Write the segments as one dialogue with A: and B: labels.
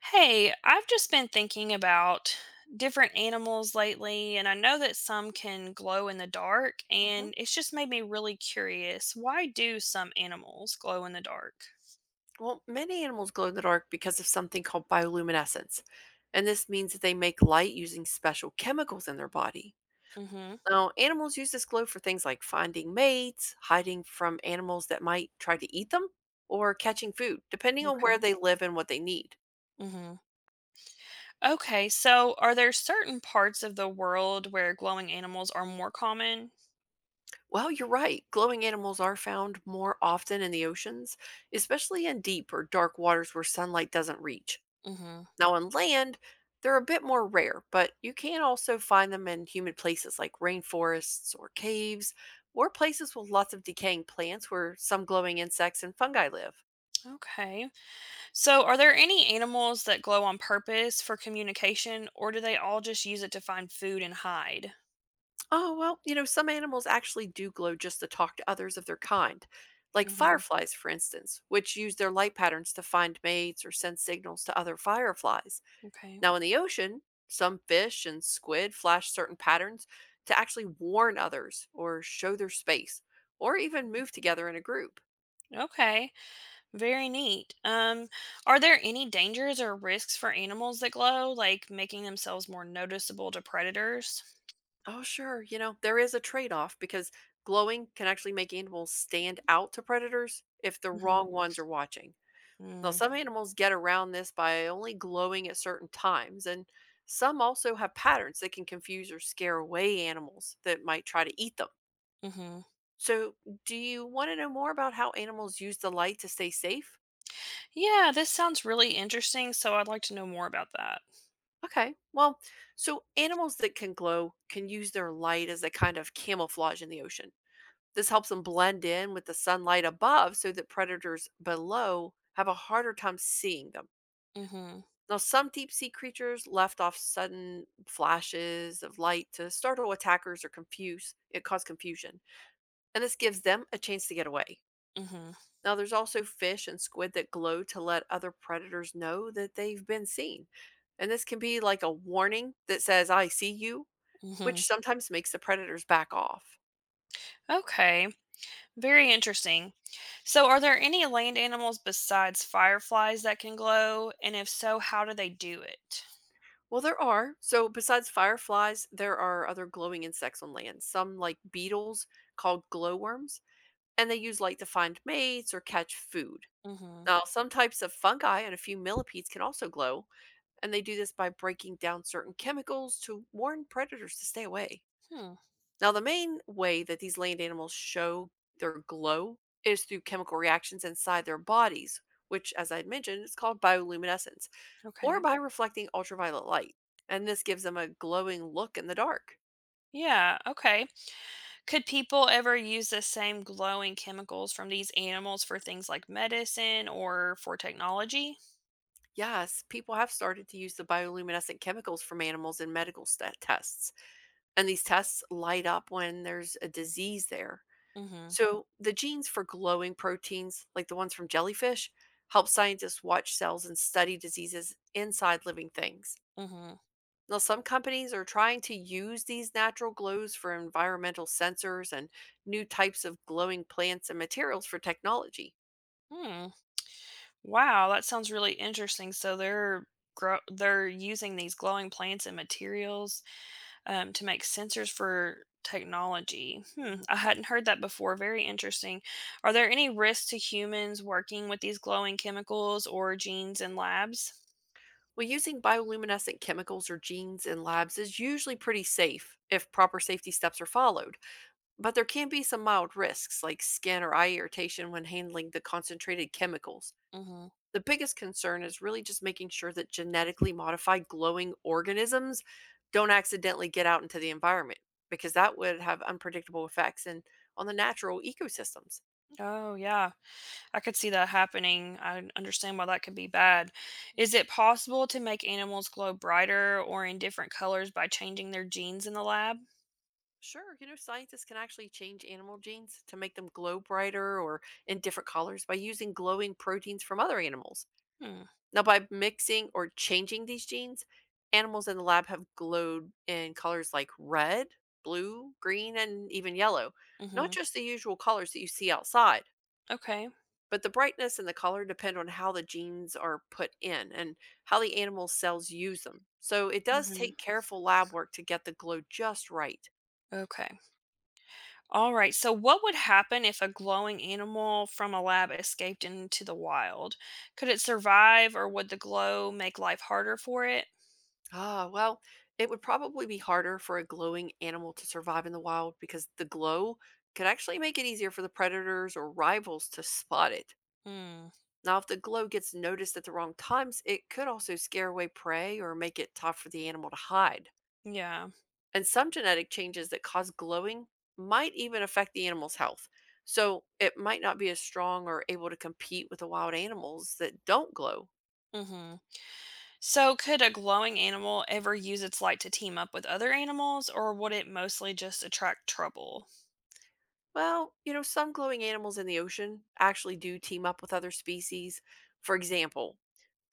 A: Hey, I've just been thinking about different animals lately, and I know that some can glow in the dark,
B: Mhm.
A: and it's just made me really curious. Why do some animals glow in the dark?
B: Well, many animals glow in the dark because of something called bioluminescence, and this means that they make light using special chemicals in their body.
A: Mm-hmm.
B: Now, animals use this glow for things like finding mates, hiding from animals that might try to eat them, or catching food, depending on where
A: Okay.
B: they live and what they need.
A: Mm-hmm. Okay, so are there certain parts of the world where glowing animals are more common?
B: Well, you're right. Glowing animals are found more often in the oceans, especially in deep or dark waters where sunlight doesn't reach.
A: Mm-hmm.
B: Now, on land, they're a bit more rare, but you can also find them in humid places like rainforests or caves or places with lots of decaying plants where some glowing insects and fungi live.
A: Okay. So are there any animals that glow on purpose for communication, or do they all just use it to find food and hide?
B: Oh, well, some animals actually do glow just to talk to others of their kind, like
A: Mm-hmm.
B: fireflies, for instance, which use their light patterns to find mates or send signals to other fireflies.
A: Okay.
B: Now, in the ocean, some fish and squid flash certain patterns to actually warn others or show their space or even move together in a group.
A: Okay. Very neat. Are there any dangers or risks for animals that glow, like making themselves more noticeable to predators?
B: Oh, sure, there is a trade off because glowing can actually make animals stand out to predators if the
A: Hmm.
B: wrong ones are watching. Now, some animals get around this by only glowing at certain times, and some also have patterns that can confuse or scare away animals that might try to eat them.
A: Mm-hmm.
B: So, do you want to know more about how animals use the light to stay safe?
A: Yeah, this sounds really interesting, so I'd like to know more about that.
B: Okay. Well, so animals that can glow can use their light as a kind of camouflage in the ocean. This helps them blend in with the sunlight above so that predators below have a harder time seeing them.
A: Hmm.
B: Now, some deep sea creatures left off sudden flashes of light to startle attackers or confuse it cause confusion, and this gives them a chance to get away.
A: Hmm.
B: Now, there's also fish and squid that glow to let other predators know that they've been seen. And this can be like a warning that says, I see you,
A: Hmm.
B: which sometimes makes the predators back off.
A: Okay, very interesting. So, are there any land animals besides fireflies that can glow? And if so, how do they do it?
B: Well, there are. So, besides fireflies, there are other glowing insects on land, some like beetles called glowworms, and they use light to find mates or catch food.
A: Hmm.
B: Now, some types of fungi and a few millipedes can also glow, and they do this by breaking down certain chemicals to warn predators to stay away.
A: Hmm.
B: Now, the main way that these land animals show their glow is through chemical reactions inside their bodies, which, as I had mentioned, is called bioluminescence, or
A: Okay.
B: by reflecting ultraviolet light, and this gives them a glowing look in the dark.
A: Yeah, okay. Could people ever use the same glowing chemicals from these animals for things like medicine or for technology?
B: Yes, people have started to use the bioluminescent chemicals from animals in medical tests, and these tests light up when there's a disease there.
A: Mhm.
B: So, the genes for glowing proteins, like the ones from jellyfish, help scientists watch cells and study diseases inside living things.
A: Mhm.
B: Now, some companies are trying to use these natural glows for environmental sensors and new types of glowing plants and materials for technology.
A: Hmm. Wow, that sounds really interesting. So they're using these glowing plants and materials to make sensors for technology. Hmm.
B: Mhm.
A: I hadn't heard that before. Very interesting. Are there any risks to humans working with these glowing chemicals or genes in labs?
B: Well, using bioluminescent chemicals or genes in labs is usually pretty safe if proper safety steps are followed, but there can be some mild risks like skin or eye irritation when handling the concentrated chemicals.
A: Mhm.
B: The biggest concern is really just making sure that genetically modified glowing organisms don't accidentally get out into the environment because that would have unpredictable effects and on the natural ecosystems.
A: Oh, yeah. I could see that happening. I understand why that could be bad. Is it possible to make animals glow brighter or in different colors by changing their genes in the lab?
B: Sure, scientists can actually change animal genes to make them glow brighter or in different colors by using glowing proteins from other animals.
A: Hmm.
B: Now, by mixing or changing these genes, animals in the lab have glowed in colors like red, blue, green, and even yellow. Not
A: Hmm.
B: just the usual colors that you see outside,
A: Okay.
B: but the brightness and the color depend on how the genes are put in and how the animal cells use them. So it does
A: Hmm.
B: take careful lab work to get the glow just right.
A: Okay. All right. So, what would happen if a glowing animal from a lab escaped into the wild? Could it survive, or would the glow make life harder for it?
B: Ah, well, it would probably be harder for a glowing animal to survive in the wild because the glow could actually make it easier for the predators or rivals to spot it.
A: Hmm.
B: Now, if the glow gets noticed at the wrong times, it could also scare away prey or make it tough for the animal to hide.
A: Yeah.
B: And some genetic changes that cause glowing might even affect the animal's health. So it might not be as strong or able to compete with the wild animals that don't glow.
A: Hmm. So, could a glowing animal ever use its light to team up with other animals, or would it mostly just attract trouble?
B: Well, some glowing animals in the ocean actually do team up with other species. For example,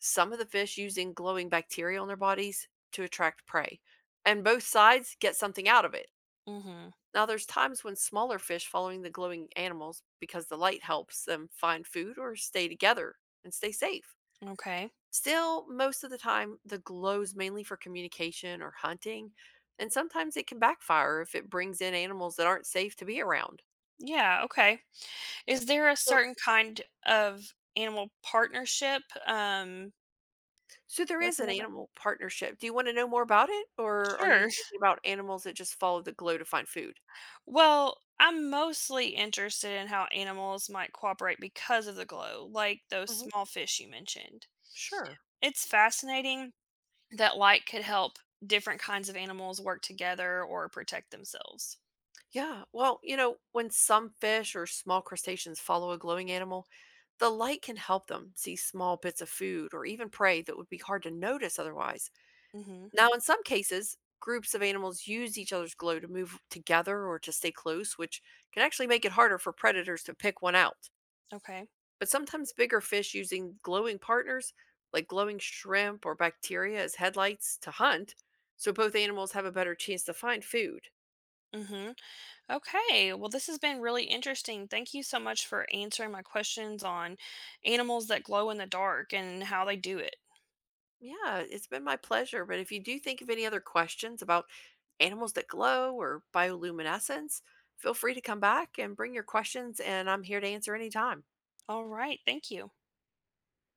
B: some of the fish using glowing bacteria on their bodies to attract prey, and both sides get something out of it.
A: Hmm.
B: Now, there's times when smaller fish following the glowing animals because the light helps them find food or stay together and stay safe.
A: Okay.
B: Still, most of the time, the glow's mainly for communication or hunting, and sometimes it can backfire if it brings in animals that aren't safe to be around.
A: Yeah. Okay. Is there a
B: So
A: certain kind of animal partnership
B: So there
A: that I
B: is
A: can
B: an
A: know about?
B: animal partnership. Do you wanna know more about it, or are you
A: Sure.
B: thinking about animals that just follow the glow to find food?
A: Well, I'm mostly interested in how animals might cooperate because of the glow, like those
B: Mhm.
A: small fish you mentioned.
B: Sure.
A: It's fascinating that light could help different kinds of animals work together or protect themselves.
B: Yeah, well, when some fish or small crustaceans follow a glowing animal, the light can help them see small bits of food or even prey that would be hard to notice otherwise.
A: Mhm.
B: Now, in some cases, groups of animals use each other's glow to move together or to stay close, which can actually make it harder for predators to pick one out.
A: Okay.
B: But sometimes bigger fish using glowing partners, like glowing shrimp or bacteria, as headlights to hunt, so both animals have a better chance to find food.
A: Mhm. Okay. Well, this has been really interesting. Thank you so much for answering my questions on animals that glow in the dark and how they do it.
B: Yeah, it's been my pleasure. But if you do think of any other questions about animals that glow or bioluminescence, feel free to come back and bring your questions, and I'm here to answer anytime.
A: All right. Thank you.